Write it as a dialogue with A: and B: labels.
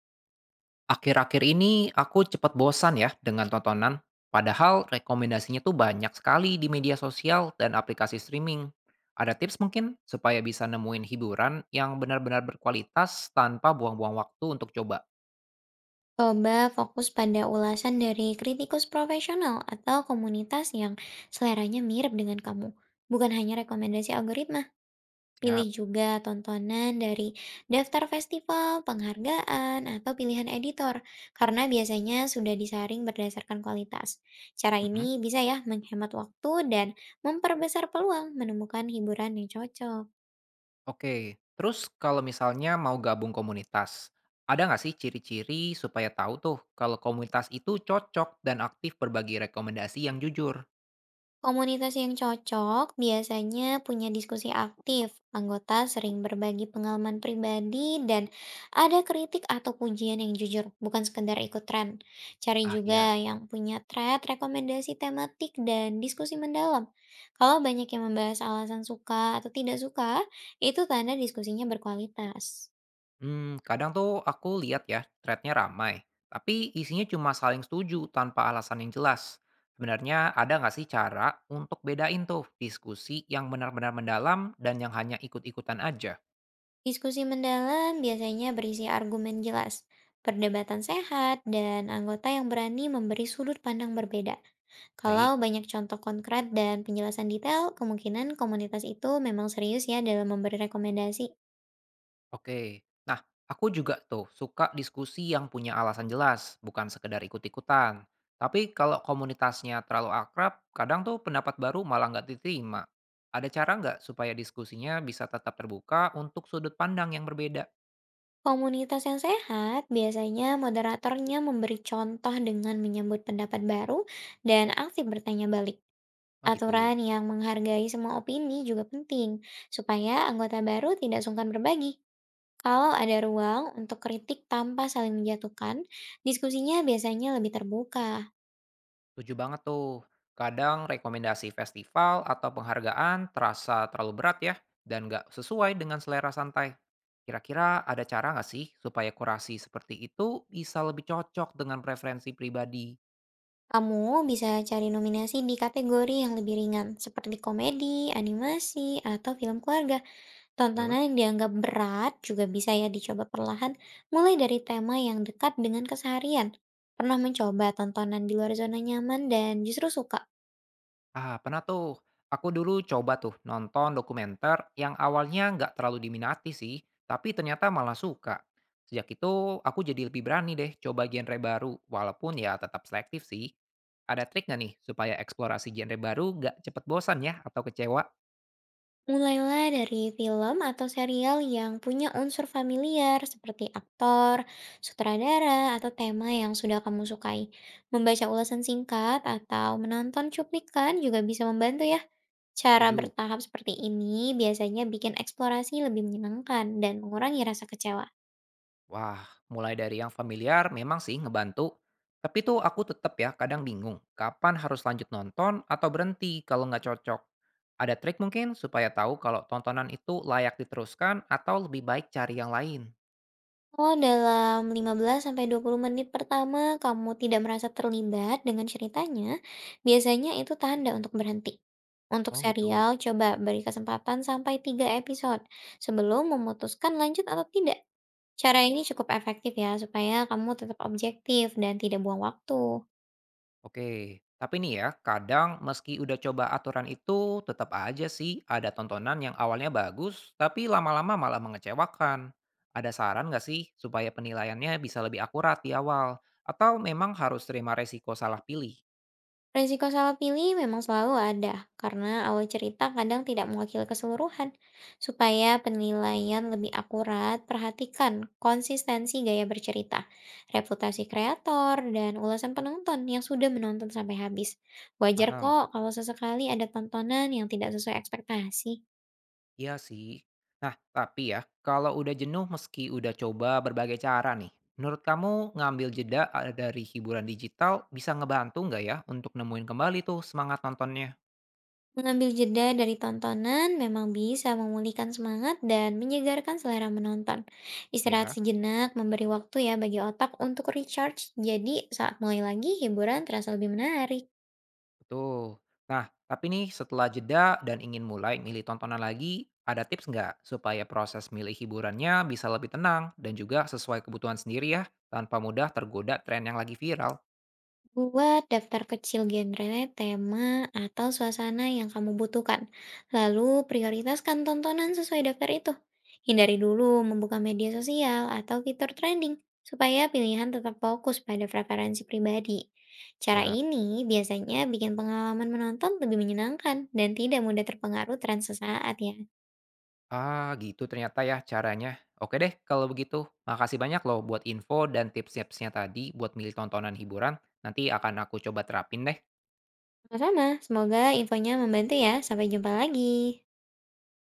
A: Akhir-akhir ini aku cepat bosan ya dengan tontonan, padahal rekomendasinya tuh banyak sekali di media sosial dan aplikasi streaming. Ada tips mungkin supaya bisa nemuin hiburan yang benar-benar berkualitas tanpa buang-buang waktu untuk coba.
B: Coba fokus pada ulasan dari kritikus profesional atau komunitas yang seleranya mirip dengan kamu. Bukan hanya rekomendasi algoritma, pilih
A: Ya,
B: juga tontonan dari daftar festival, penghargaan, atau pilihan editor, karena biasanya sudah disaring berdasarkan kualitas. Cara
A: mm-mm.
B: ini bisa ya menghemat waktu dan memperbesar peluang menemukan hiburan yang cocok.
A: Oke. Terus kalau misalnya mau gabung komunitas, ada nggak sih ciri-ciri supaya tahu tuh kalau komunitas itu cocok dan aktif berbagi rekomendasi yang jujur?
B: Komunitas yang cocok biasanya punya diskusi aktif, anggota sering berbagi pengalaman pribadi, dan ada kritik atau pujian yang jujur, bukan sekedar ikut tren. Cari
A: Ah ya.
B: juga yang punya thread, rekomendasi tematik, dan diskusi mendalam. Kalau banyak yang membahas alasan suka atau tidak suka, itu tanda diskusinya berkualitas.
A: Hmm, kadang tuh aku lihat ya, threadnya ramai, tapi isinya cuma saling setuju tanpa alasan yang jelas. Sebenarnya ada nggak sih cara untuk bedain tuh diskusi yang benar-benar mendalam dan yang hanya ikut-ikutan aja?
B: Diskusi mendalam biasanya berisi argumen jelas, perdebatan sehat, dan anggota yang berani memberi sudut pandang berbeda. Kalau
A: Baik,
B: banyak contoh konkret dan penjelasan detail, kemungkinan komunitas itu memang serius ya dalam memberi rekomendasi.
A: oke. Nah, aku juga tuh suka diskusi yang punya alasan jelas, bukan sekedar ikut-ikutan. Tapi kalau komunitasnya terlalu akrab, kadang tuh pendapat baru malah nggak diterima. Ada cara nggak supaya diskusinya bisa tetap terbuka untuk sudut pandang yang berbeda?
B: Komunitas yang sehat biasanya moderatornya memberi contoh dengan menyambut pendapat baru dan aktif bertanya balik.
A: Oh
B: Aturan
A: gitu,
B: yang menghargai semua opini juga penting, supaya anggota baru tidak sungkan berbagi. Kalau ada ruang untuk kritik tanpa saling menjatuhkan, diskusinya biasanya lebih terbuka.
A: setuju banget tuh. Kadang rekomendasi festival atau penghargaan terasa terlalu berat ya, dan nggak sesuai dengan selera santai. Kira-kira ada cara nggak sih supaya kurasi seperti itu bisa lebih cocok dengan preferensi pribadi?
B: Kamu bisa cari nominasi di kategori yang lebih ringan, seperti komedi, animasi, atau film keluarga. Tontonan
A: Terus?
B: yang dianggap berat juga bisa ya dicoba perlahan, mulai dari tema yang dekat dengan keseharian. Pernah mencoba tontonan di luar zona nyaman dan justru suka.
A: Ah, pernah tuh. Aku dulu coba tuh nonton dokumenter yang awalnya nggak terlalu diminati sih, tapi ternyata malah suka. Sejak itu, aku jadi lebih berani deh coba genre baru, walaupun ya tetap selektif sih. Ada trik nggak nih supaya eksplorasi genre baru nggak cepet bosan ya atau kecewa?
B: Mulailah dari film atau serial yang punya unsur familiar seperti aktor, sutradara, atau tema yang sudah kamu sukai. Membaca ulasan singkat atau menonton cuplikan juga bisa membantu ya. Cara
A: Setuju.
B: bertahap seperti ini biasanya bikin eksplorasi lebih menyenangkan dan mengurangi rasa kecewa.
A: Wah, mulai dari yang familiar memang sih ngebantu. Tapi tuh aku tetap ya kadang bingung kapan harus lanjut nonton atau berhenti kalau nggak cocok. Ada trik mungkin supaya tahu kalau tontonan itu layak diteruskan atau lebih baik cari yang lain.
B: Oh, dalam 15 sampai 20 menit pertama kamu tidak merasa terlibat dengan ceritanya, biasanya itu tanda untuk berhenti. Untuk
A: Oh gitu.
B: serial, coba beri kesempatan sampai 3 episode sebelum memutuskan lanjut atau tidak. Cara ini cukup efektif ya, supaya kamu tetap objektif dan tidak buang waktu.
A: Oke, tapi nih ya, kadang meski udah coba aturan itu, tetap aja sih ada tontonan yang awalnya bagus, tapi lama-lama malah mengecewakan. Ada saran nggak sih supaya penilaiannya bisa lebih akurat di awal? Atau memang harus terima resiko salah pilih?
B: Resiko salah pilih memang selalu ada, karena awal cerita kadang tidak mewakili keseluruhan. Supaya penilaian lebih akurat, perhatikan konsistensi gaya bercerita, reputasi kreator, dan ulasan penonton yang sudah menonton sampai habis. Wajar
A: Paham?
B: kok kalau sesekali ada tontonan yang tidak sesuai ekspektasi.
A: Iya sih. Nah, tapi ya, kalau udah jenuh meski udah coba berbagai cara nih, menurut kamu ngambil jeda dari hiburan digital bisa ngebantu nggak ya untuk nemuin kembali tuh semangat nontonnya?
B: Mengambil jeda dari tontonan memang bisa memulihkan semangat dan menyegarkan selera menonton. Istirahat
A: Ya.
B: sejenak memberi waktu ya bagi otak untuk recharge, jadi saat mulai lagi hiburan terasa lebih menarik.
A: Betul. Nah, tapi nih setelah jeda dan ingin mulai milih tontonan lagi, ada tips nggak supaya proses milih hiburannya bisa lebih tenang dan juga sesuai kebutuhan sendiri ya, tanpa mudah tergoda tren yang lagi viral?
B: Buat daftar kecil genre, tema, atau suasana yang kamu butuhkan. Lalu prioritaskan tontonan sesuai daftar itu. Hindari dulu membuka media sosial atau fitur trending, supaya pilihan tetap fokus pada preferensi pribadi. Cara
A: Ya,
B: ini biasanya bikin pengalaman menonton lebih menyenangkan dan tidak mudah terpengaruh tren sesaat ya.
A: ah gitu ternyata ya caranya. Oke deh, kalau begitu. Makasih banyak loh buat info dan tips-tipsnya tadi buat milih tontonan hiburan. Nanti akan aku coba terapin deh.
B: Sama-sama, semoga infonya membantu ya. Sampai jumpa lagi.